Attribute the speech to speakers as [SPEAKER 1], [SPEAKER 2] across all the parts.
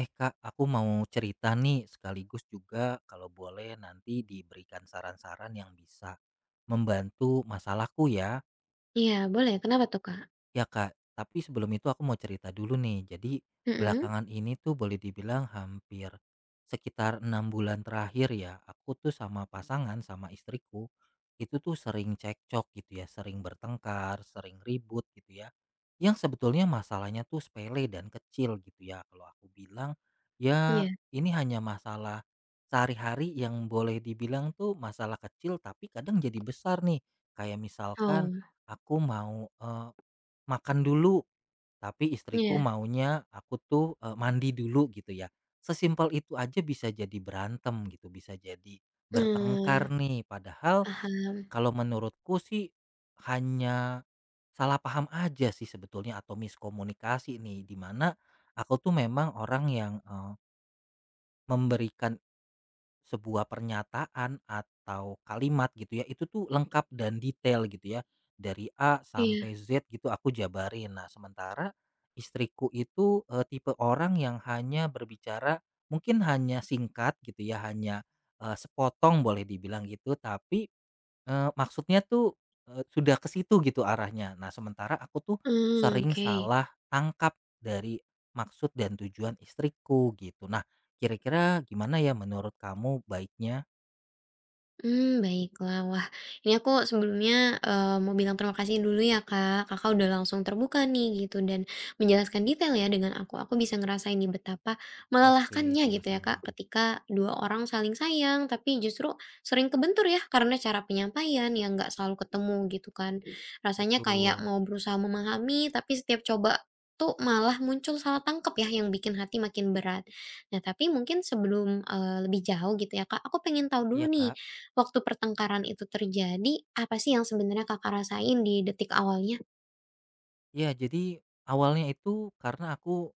[SPEAKER 1] Eh Kak, aku mau cerita nih sekaligus juga kalau boleh nanti diberikan saran-saran yang bisa membantu masalahku ya.
[SPEAKER 2] Iya, boleh. Kenapa tuh, Kak?
[SPEAKER 1] Ya Kak, tapi sebelum itu aku mau cerita dulu nih. Jadi
[SPEAKER 2] Mhm,
[SPEAKER 1] belakangan ini tuh boleh dibilang hampir sekitar 6 bulan terakhir ya, aku tuh sama pasangan, sama istriku itu tuh sering cekcok gitu ya, sering bertengkar, sering ribut gitu ya. Yang sebetulnya masalahnya tuh sepele dan kecil gitu ya. Kalau aku bilang ya
[SPEAKER 2] iya.
[SPEAKER 1] ini hanya masalah sehari-hari yang boleh dibilang tuh masalah kecil tapi kadang jadi besar nih. Kayak misalkan
[SPEAKER 2] Oh,
[SPEAKER 1] aku mau makan dulu, tapi istriku
[SPEAKER 2] iya.
[SPEAKER 1] maunya aku tuh, mandi dulu gitu ya. Sesimpel itu aja bisa jadi berantem gitu, bisa jadi
[SPEAKER 2] Mmm,
[SPEAKER 1] bertengkar nih. Padahal
[SPEAKER 2] paham.
[SPEAKER 1] kalau menurutku sih hanya salah paham aja sih sebetulnya atau miskomunikasi nih, di mana aku tuh memang orang yang, memberikan sebuah pernyataan atau kalimat gitu ya, itu tuh lengkap dan detail gitu ya, dari A
[SPEAKER 2] Iya.
[SPEAKER 1] sampai Z gitu aku jabarin. Nah, sementara istriku itu, tipe orang yang hanya berbicara mungkin hanya singkat gitu ya, hanya, sepotong boleh dibilang gitu, tapi maksudnya tuh, sudah ke situ gitu arahnya. Nah, sementara aku tuh
[SPEAKER 2] Mmm,
[SPEAKER 1] sering
[SPEAKER 2] oke.
[SPEAKER 1] salah tangkap dari maksud dan tujuan istriku gitu. Nah, kira-kira gimana ya menurut kamu baiknya?
[SPEAKER 2] Hmm, baiklah. Wah, ini aku sebelumnya, mau bilang terima kasih dulu ya, Kak. Kakak udah langsung terbuka nih gitu dan menjelaskan detail ya dengan aku. Aku bisa ngerasain nih betapa
[SPEAKER 1] Oke,
[SPEAKER 2] melelahkannya gitu ya,
[SPEAKER 1] sama-sama.
[SPEAKER 2] Kak, ketika 2 orang saling sayang tapi justru sering kebentur ya karena cara penyampaian yang nggak selalu ketemu gitu kan. Rasanya kayak
[SPEAKER 1] Betul.
[SPEAKER 2] mau berusaha memahami, tapi setiap coba tuh malah muncul salah tangkap ya yang bikin hati makin berat. Nah, tapi mungkin sebelum, lebih jauh gitu ya, Kak, aku pengen tahu
[SPEAKER 1] Iya,
[SPEAKER 2] dulu nih.
[SPEAKER 1] Kak.
[SPEAKER 2] Waktu pertengkaran itu terjadi, apa sih yang sebenarnya Kakak rasain di detik awalnya?
[SPEAKER 1] Iya, jadi awalnya itu karena aku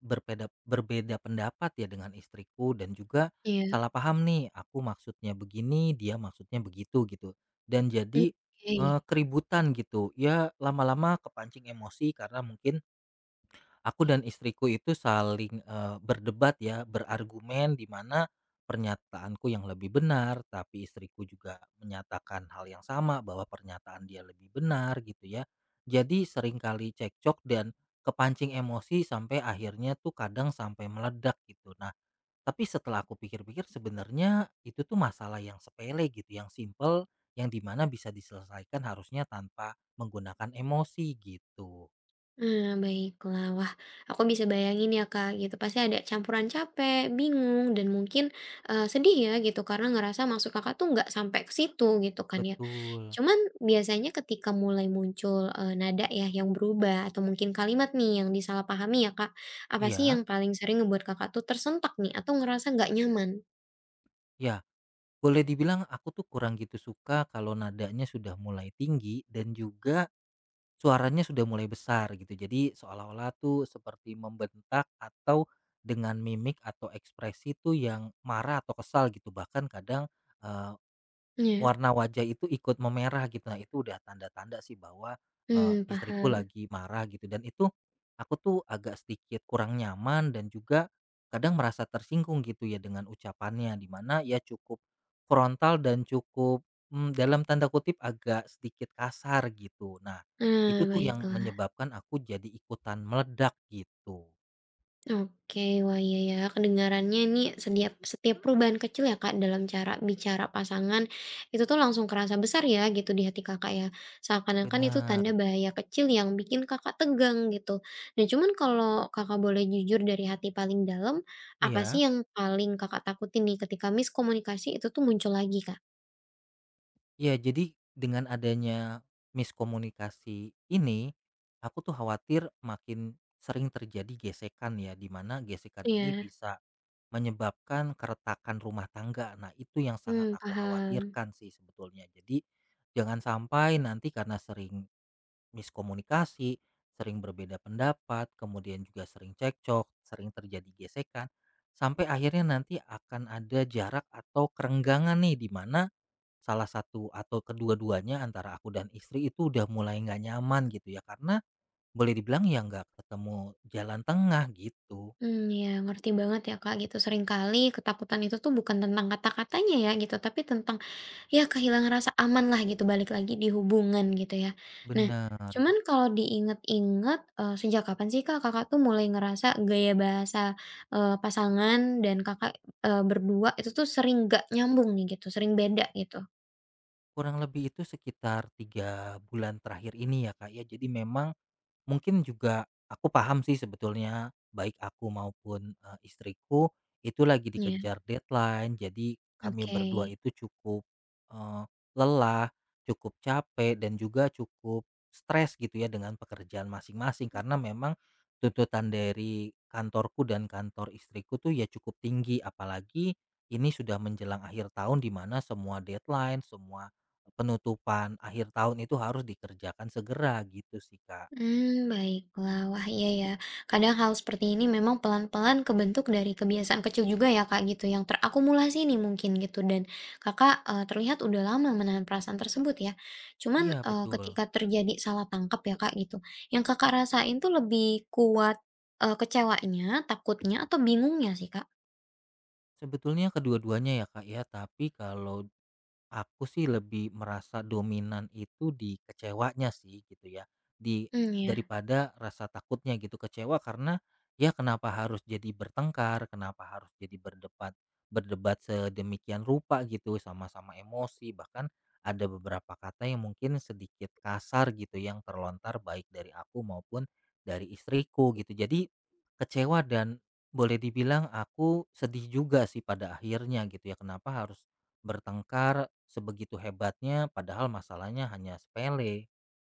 [SPEAKER 1] berbeda pendapat ya dengan istriku dan juga
[SPEAKER 2] Iya.
[SPEAKER 1] salah paham nih, aku maksudnya begini, dia maksudnya begitu gitu. Dan
[SPEAKER 2] Mmm,
[SPEAKER 1] jadi
[SPEAKER 2] oke.
[SPEAKER 1] keributan gitu. Ya lama-lama kepancing emosi karena mungkin aku dan istriku itu saling, berdebat ya, berargumen di mana pernyataanku yang lebih benar, tapi istriku juga menyatakan hal yang sama bahwa pernyataan dia lebih benar gitu ya. Jadi seringkali cekcok dan kepancing emosi sampai akhirnya tuh kadang sampai meledak gitu. Nah, tapi setelah aku pikir-pikir sebenarnya itu tuh masalah yang sepele gitu, yang simple, yang di mana bisa diselesaikan harusnya tanpa menggunakan emosi gitu.
[SPEAKER 2] Baiklah. Wah, aku bisa bayangin ya, Kak, gitu. Pasti ada campuran capek, bingung, dan mungkin, sedih ya gitu karena ngerasa maksud Kakak tuh nggak sampai ke situ gitu kan ya.
[SPEAKER 1] Betul,
[SPEAKER 2] Cuman biasanya ketika mulai muncul, nada ya yang berubah atau mungkin kalimat nih yang disalahpahami ya, Kak, apa sih yang
[SPEAKER 1] iya.
[SPEAKER 2] paling sering ngebuat Kakak tuh tersentak nih atau ngerasa nggak nyaman?
[SPEAKER 1] Ya, boleh dibilang aku tuh kurang gitu suka kalau nadanya sudah mulai tinggi dan juga suaranya sudah mulai besar gitu. Jadi seolah-olah tuh seperti membentak atau dengan mimik atau ekspresi tuh yang marah atau kesal gitu. Bahkan kadang eh,
[SPEAKER 2] Iya.
[SPEAKER 1] warna wajah itu ikut memerah gitu. Nah, itu udah tanda-tanda sih bahwa,
[SPEAKER 2] Mmm,
[SPEAKER 1] istriku
[SPEAKER 2] paham.
[SPEAKER 1] lagi marah gitu dan itu aku tuh agak sedikit kurang nyaman dan juga kadang merasa tersinggung gitu ya dengan ucapannya, di mana ya cukup frontal dan cukup, dalam tanda kutip agak sedikit kasar gitu. Nah, itu
[SPEAKER 2] Ah,
[SPEAKER 1] tuh yang
[SPEAKER 2] baiklah.
[SPEAKER 1] menyebabkan aku jadi ikutan meledak gitu.
[SPEAKER 2] Oke, wah, iya ya, kedengarannya ini setiap setiap perubahan kecil ya Kak dalam cara bicara pasangan, itu tuh langsung kerasa besar ya gitu di hati Kakak ya. Seakan-akan itu tanda
[SPEAKER 1] Bener,
[SPEAKER 2] bahaya kecil yang bikin Kakak tegang gitu. Nah, cuman kalau Kakak boleh jujur dari hati paling dalam, apa sih
[SPEAKER 1] iya.
[SPEAKER 2] yang paling Kakak takutin nih ketika miskomunikasi itu tuh muncul lagi, Kak?
[SPEAKER 1] Ya jadi dengan adanya miskomunikasi ini, aku tuh khawatir makin sering terjadi gesekan ya, di mana gesekan ini
[SPEAKER 2] Iya.
[SPEAKER 1] bisa menyebabkan keretakan rumah tangga. Nah, itu yang sangat
[SPEAKER 2] Hmm,
[SPEAKER 1] aku
[SPEAKER 2] paham.
[SPEAKER 1] khawatirkan sih sebetulnya. Jadi, jangan sampai nanti karena sering miskomunikasi, sering berbeda pendapat, kemudian juga sering cekcok, sering terjadi gesekan, sampai akhirnya nanti akan ada jarak atau kerenggangan nih, di mana salah satu atau kedua-duanya antara aku dan istri itu udah mulai nggak nyaman gitu ya karena boleh dibilang ya nggak ketemu jalan tengah gitu.
[SPEAKER 2] Hmm, ya, ngerti banget ya Kak gitu. Seringkali ketakutan itu tuh bukan tentang kata-katanya ya gitu, tapi tentang ya kehilangan rasa aman lah gitu, balik lagi di hubungan gitu ya. Nah,
[SPEAKER 1] Bener.
[SPEAKER 2] cuman kalau diinget-inget sejak kapan sih Kak, Kakak tuh mulai ngerasa gaya bahasa, pasangan dan Kakak, berdua itu tuh sering gak nyambung nih gitu, sering beda gitu?
[SPEAKER 1] Kurang lebih itu sekitar 3 bulan terakhir ini ya Kak ya. Jadi memang mungkin juga aku paham sih sebetulnya baik aku maupun, istriku itu lagi
[SPEAKER 2] Ya,
[SPEAKER 1] dikejar deadline. Jadi kami
[SPEAKER 2] oke.
[SPEAKER 1] berdua itu cukup, eee, lelah, cukup capek dan juga cukup stres gitu ya dengan pekerjaan masing-masing karena memang tuntutan dari kantorku dan kantor istriku tuh ya cukup tinggi. Apalagi ini sudah menjelang akhir tahun di mana semua deadline, semua penutupan akhir tahun itu harus dikerjakan segera gitu sih, Kak.
[SPEAKER 2] Hmm, baiklah. Wah, iya ya. Kadang hal seperti ini memang pelan-pelan kebentuk dari kebiasaan kecil juga ya, Kak, gitu, yang terakumulasi nih mungkin gitu, dan Kakak, terlihat udah lama menahan perasaan tersebut ya. Cuman,
[SPEAKER 1] Iya betul.
[SPEAKER 2] ketika terjadi salah tangkap ya, Kak, gitu, yang Kakak rasain tuh lebih kuat, kecewanya, takutnya, atau bingungnya sih, Kak?
[SPEAKER 1] Sebetulnya kedua-duanya ya Kak ya, tapi kalau aku sih lebih merasa dominan itu di kecewanya sih gitu ya.
[SPEAKER 2] Hmm, ya.
[SPEAKER 1] Daripada rasa takutnya gitu, kecewa karena ya kenapa harus jadi bertengkar, kenapa harus jadi berdebat berdebat sedemikian rupa gitu, sama-sama emosi, bahkan ada beberapa kata yang mungkin sedikit kasar gitu yang terlontar baik dari aku maupun dari istriku gitu. Jadi kecewa dan boleh dibilang aku sedih juga sih pada akhirnya gitu ya. Kenapa harus bertengkar sebegitu hebatnya padahal masalahnya hanya sepele.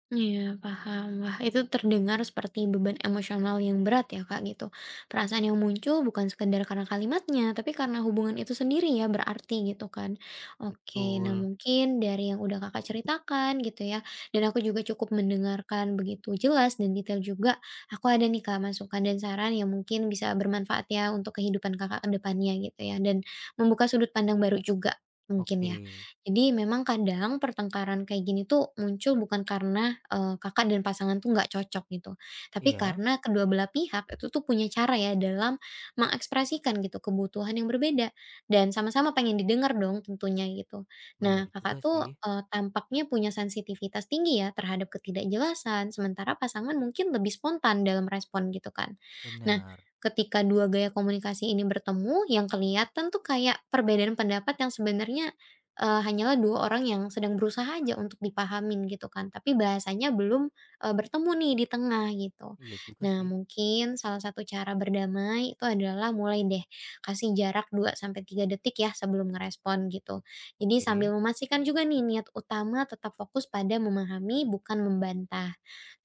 [SPEAKER 2] Iya, paham. Wah, itu terdengar seperti beban emosional yang berat ya, Kak, gitu. Perasaan yang muncul bukan sekedar karena kalimatnya, tapi karena hubungan itu sendiri ya, berarti gitu kan. Oke, nah
[SPEAKER 1] Betul.
[SPEAKER 2] mungkin dari yang udah Kakak ceritakan gitu ya, dan aku juga cukup mendengarkan begitu jelas dan detail juga, aku ada nih, Kak, masukan dan saran yang mungkin bisa bermanfaat ya untuk kehidupan Kakak ke depannya gitu ya, dan membuka sudut pandang baru juga mungkin
[SPEAKER 1] Oke.
[SPEAKER 2] ya. Jadi, memang kadang pertengkaran kayak gini tuh muncul bukan karena, Kakak dan pasangan tuh nggak cocok gitu, tapi
[SPEAKER 1] Iya,
[SPEAKER 2] karena kedua belah pihak itu tuh punya cara ya dalam mengekspresikan gitu kebutuhan yang berbeda dan sama-sama pengen didengar dong tentunya gitu. Nah,
[SPEAKER 1] benar juga
[SPEAKER 2] Kakak tuh,
[SPEAKER 1] sih.
[SPEAKER 2] tampaknya punya sensitivitas tinggi ya terhadap ketidakjelasan, sementara pasangan mungkin lebih spontan dalam respon gitu kan. Nah,
[SPEAKER 1] Benar.
[SPEAKER 2] ketika dua gaya komunikasi ini bertemu, yang kelihatan tuh kayak perbedaan pendapat yang sebenarnya hanyalah 2 orang yang sedang berusaha aja untuk dipahamin gitu kan, tapi bahasanya belum, bertemu nih di tengah gitu.
[SPEAKER 1] Iya juga
[SPEAKER 2] Nah,
[SPEAKER 1] sih.
[SPEAKER 2] mungkin salah satu cara berdamai itu adalah mulai deh kasih jarak 2 sampai 3 detik ya sebelum ngerespon gitu. Jadi sambil
[SPEAKER 1] Oke.
[SPEAKER 2] memastikan juga nih niat utama tetap fokus pada memahami bukan membantah.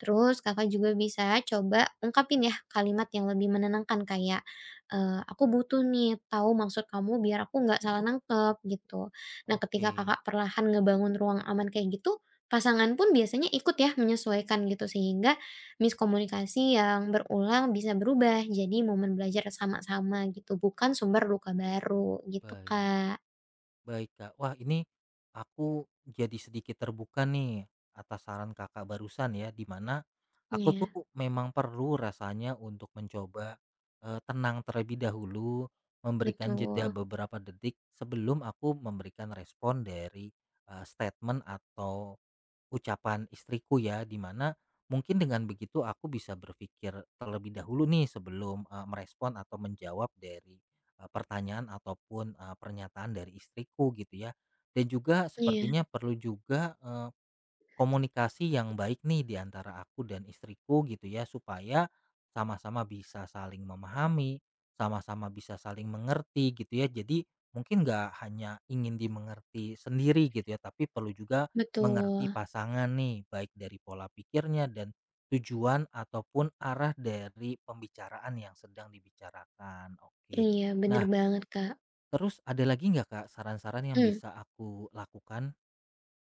[SPEAKER 2] Terus, Kakak juga bisa coba ungkapin ya kalimat yang lebih menenangkan kayak, "Aku butuh nih tahu maksud kamu biar aku nggak salah nangkep," gitu. Nah, ketika
[SPEAKER 1] Oke.
[SPEAKER 2] Kakak perlahan ngebangun ruang aman kayak gitu, pasangan pun biasanya ikut ya menyesuaikan gitu sehingga miskomunikasi yang berulang bisa berubah jadi momen belajar sama-sama gitu, bukan sumber luka baru gitu,
[SPEAKER 1] Baik.
[SPEAKER 2] Kak.
[SPEAKER 1] Baik, Kak. Wah, ini aku jadi sedikit terbuka nih atas saran Kakak barusan ya, di mana aku tuh
[SPEAKER 2] Iya,
[SPEAKER 1] memang perlu rasanya untuk mencoba tenang terlebih dahulu, memberikan jeda
[SPEAKER 2] betul.
[SPEAKER 1] beberapa detik sebelum aku memberikan respon dari statement atau ucapan istriku ya, di mana mungkin dengan begitu aku bisa berpikir terlebih dahulu nih sebelum, merespon atau menjawab dari, pertanyaan ataupun, pernyataan dari istriku gitu ya. Dan juga
[SPEAKER 2] Iya,
[SPEAKER 1] sepertinya perlu juga, komunikasi yang baik nih di antara aku dan istriku gitu ya, supaya sama-sama bisa saling memahami, sama-sama bisa saling mengerti gitu ya. Jadi mungkin nggak hanya ingin dimengerti sendiri gitu ya, tapi perlu juga mengerti
[SPEAKER 2] betul.
[SPEAKER 1] pasangan nih, baik dari pola pikirnya dan tujuan ataupun arah dari pembicaraan yang sedang dibicarakan. Oke.
[SPEAKER 2] Iya, bener
[SPEAKER 1] Nah,
[SPEAKER 2] banget, Kak.
[SPEAKER 1] terus ada lagi nggak Kak saran-saran yang
[SPEAKER 2] Mmm.
[SPEAKER 1] bisa aku lakukan?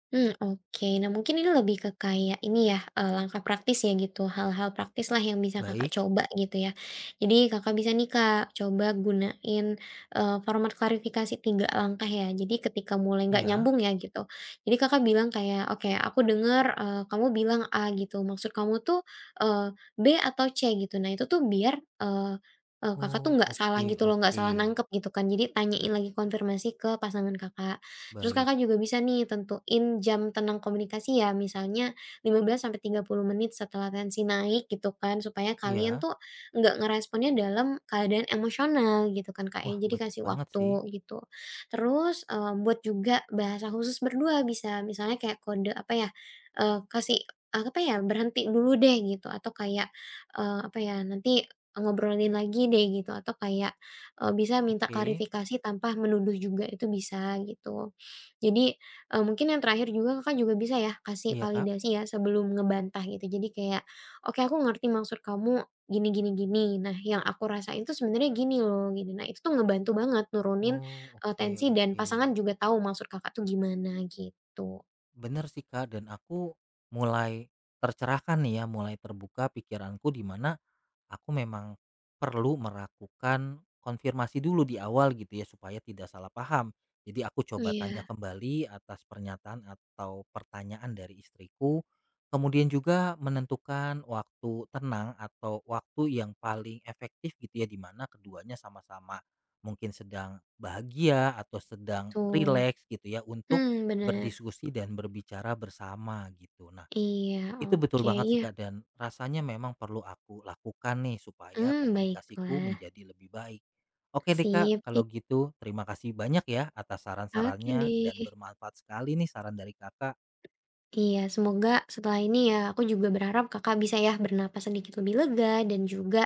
[SPEAKER 2] Hmm, oke. Nah, mungkin ini lebih ke kayak ini ya, langkah praktis ya gitu, hal-hal praktis lah yang bisa Kakak
[SPEAKER 1] Baik,
[SPEAKER 2] coba gitu ya. Jadi, Kakak bisa nih Kak, coba gunain, format klarifikasi 3 langkah ya. Jadi ketika mulai nggak
[SPEAKER 1] iya.
[SPEAKER 2] nyambung ya gitu, jadi Kakak bilang kayak, "Oke, aku dengar kamu bilang A gitu, maksud kamu tuh, B atau C?" Gitu. Nah itu tuh biar, eee eee, Kakak tuh
[SPEAKER 1] Oh,
[SPEAKER 2] nggak salah
[SPEAKER 1] oke
[SPEAKER 2] gitu loh, nggak
[SPEAKER 1] oke.
[SPEAKER 2] salah nangkep gitu kan. Jadi tanyain lagi konfirmasi ke pasangan Kakak. Terus,
[SPEAKER 1] Baik.
[SPEAKER 2] Kakak juga bisa nih tentuin jam tenang komunikasi ya, misalnya 15 sampai 30 menit setelah tensi naik gitu kan, supaya kalian
[SPEAKER 1] Iya.
[SPEAKER 2] tuh nggak ngeresponnya dalam keadaan emosional gitu kan Kak ya,
[SPEAKER 1] Wah, bener
[SPEAKER 2] jadi kasih
[SPEAKER 1] banget sih.
[SPEAKER 2] waktu gitu. Terus, buat juga bahasa khusus berdua bisa, misalnya kayak kode apa ya, kasih apa ya, "Berhenti dulu deh," gitu, atau kayak, apa ya, "Nanti ngobrolin lagi deh," gitu, atau kayak, bisa minta
[SPEAKER 1] Oke.
[SPEAKER 2] klarifikasi tanpa menuduh juga, itu bisa gitu. Jadi, mungkin yang terakhir juga Kakak juga bisa ya kasih
[SPEAKER 1] Iya, Kak.
[SPEAKER 2] validasi ya sebelum ngebantah gitu. Jadi kayak, "Oke, aku ngerti maksud kamu gini gini gini. Nah yang aku rasain tuh sebenarnya gini loh," gini. Nah itu tuh ngebantu banget nurunin,
[SPEAKER 1] Oh, oke
[SPEAKER 2] tensi dan
[SPEAKER 1] oke.
[SPEAKER 2] pasangan juga tahu maksud Kakak tuh gimana gitu.
[SPEAKER 1] Bener sih, Kak, dan aku mulai tercerahkan nih ya, mulai terbuka pikiranku di mana aku memang perlu merakukan konfirmasi dulu di awal gitu ya, supaya tidak salah paham. Jadi aku coba
[SPEAKER 2] Iya,
[SPEAKER 1] tanya kembali atas pernyataan atau pertanyaan dari istriku, kemudian juga menentukan waktu tenang atau waktu yang paling efektif gitu ya, di mana keduanya sama-sama mungkin sedang bahagia atau sedang
[SPEAKER 2] betul.
[SPEAKER 1] rileks gitu ya, untuk
[SPEAKER 2] Hmm, benar.
[SPEAKER 1] berdiskusi dan berbicara bersama gitu. Nah,
[SPEAKER 2] Iya,
[SPEAKER 1] itu betul
[SPEAKER 2] oke,
[SPEAKER 1] banget sih
[SPEAKER 2] iya.
[SPEAKER 1] Kak dan rasanya memang perlu aku lakukan nih supaya
[SPEAKER 2] Hmm,
[SPEAKER 1] komunikasiku
[SPEAKER 2] baiklah.
[SPEAKER 1] menjadi lebih baik. Oke deh Kak,
[SPEAKER 2] Sip,
[SPEAKER 1] kalau gitu terima kasih banyak ya atas
[SPEAKER 2] oke
[SPEAKER 1] saran-sarannya
[SPEAKER 2] deh.
[SPEAKER 1] dan bermanfaat sekali nih saran dari Kakak.
[SPEAKER 2] Iya, semoga setelah ini ya, aku juga berharap Kakak bisa ya bernapas sedikit lebih lega dan juga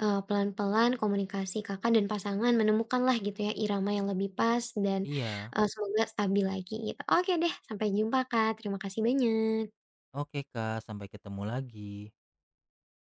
[SPEAKER 2] pelan-pelan komunikasi Kakak dan pasangan menemukanlah gitu ya irama yang lebih pas dan,
[SPEAKER 1] Iya,
[SPEAKER 2] semoga stabil lagi gitu. Oke deh, sampai jumpa Kak, terima kasih banyak.
[SPEAKER 1] oke Kak, sampai ketemu lagi.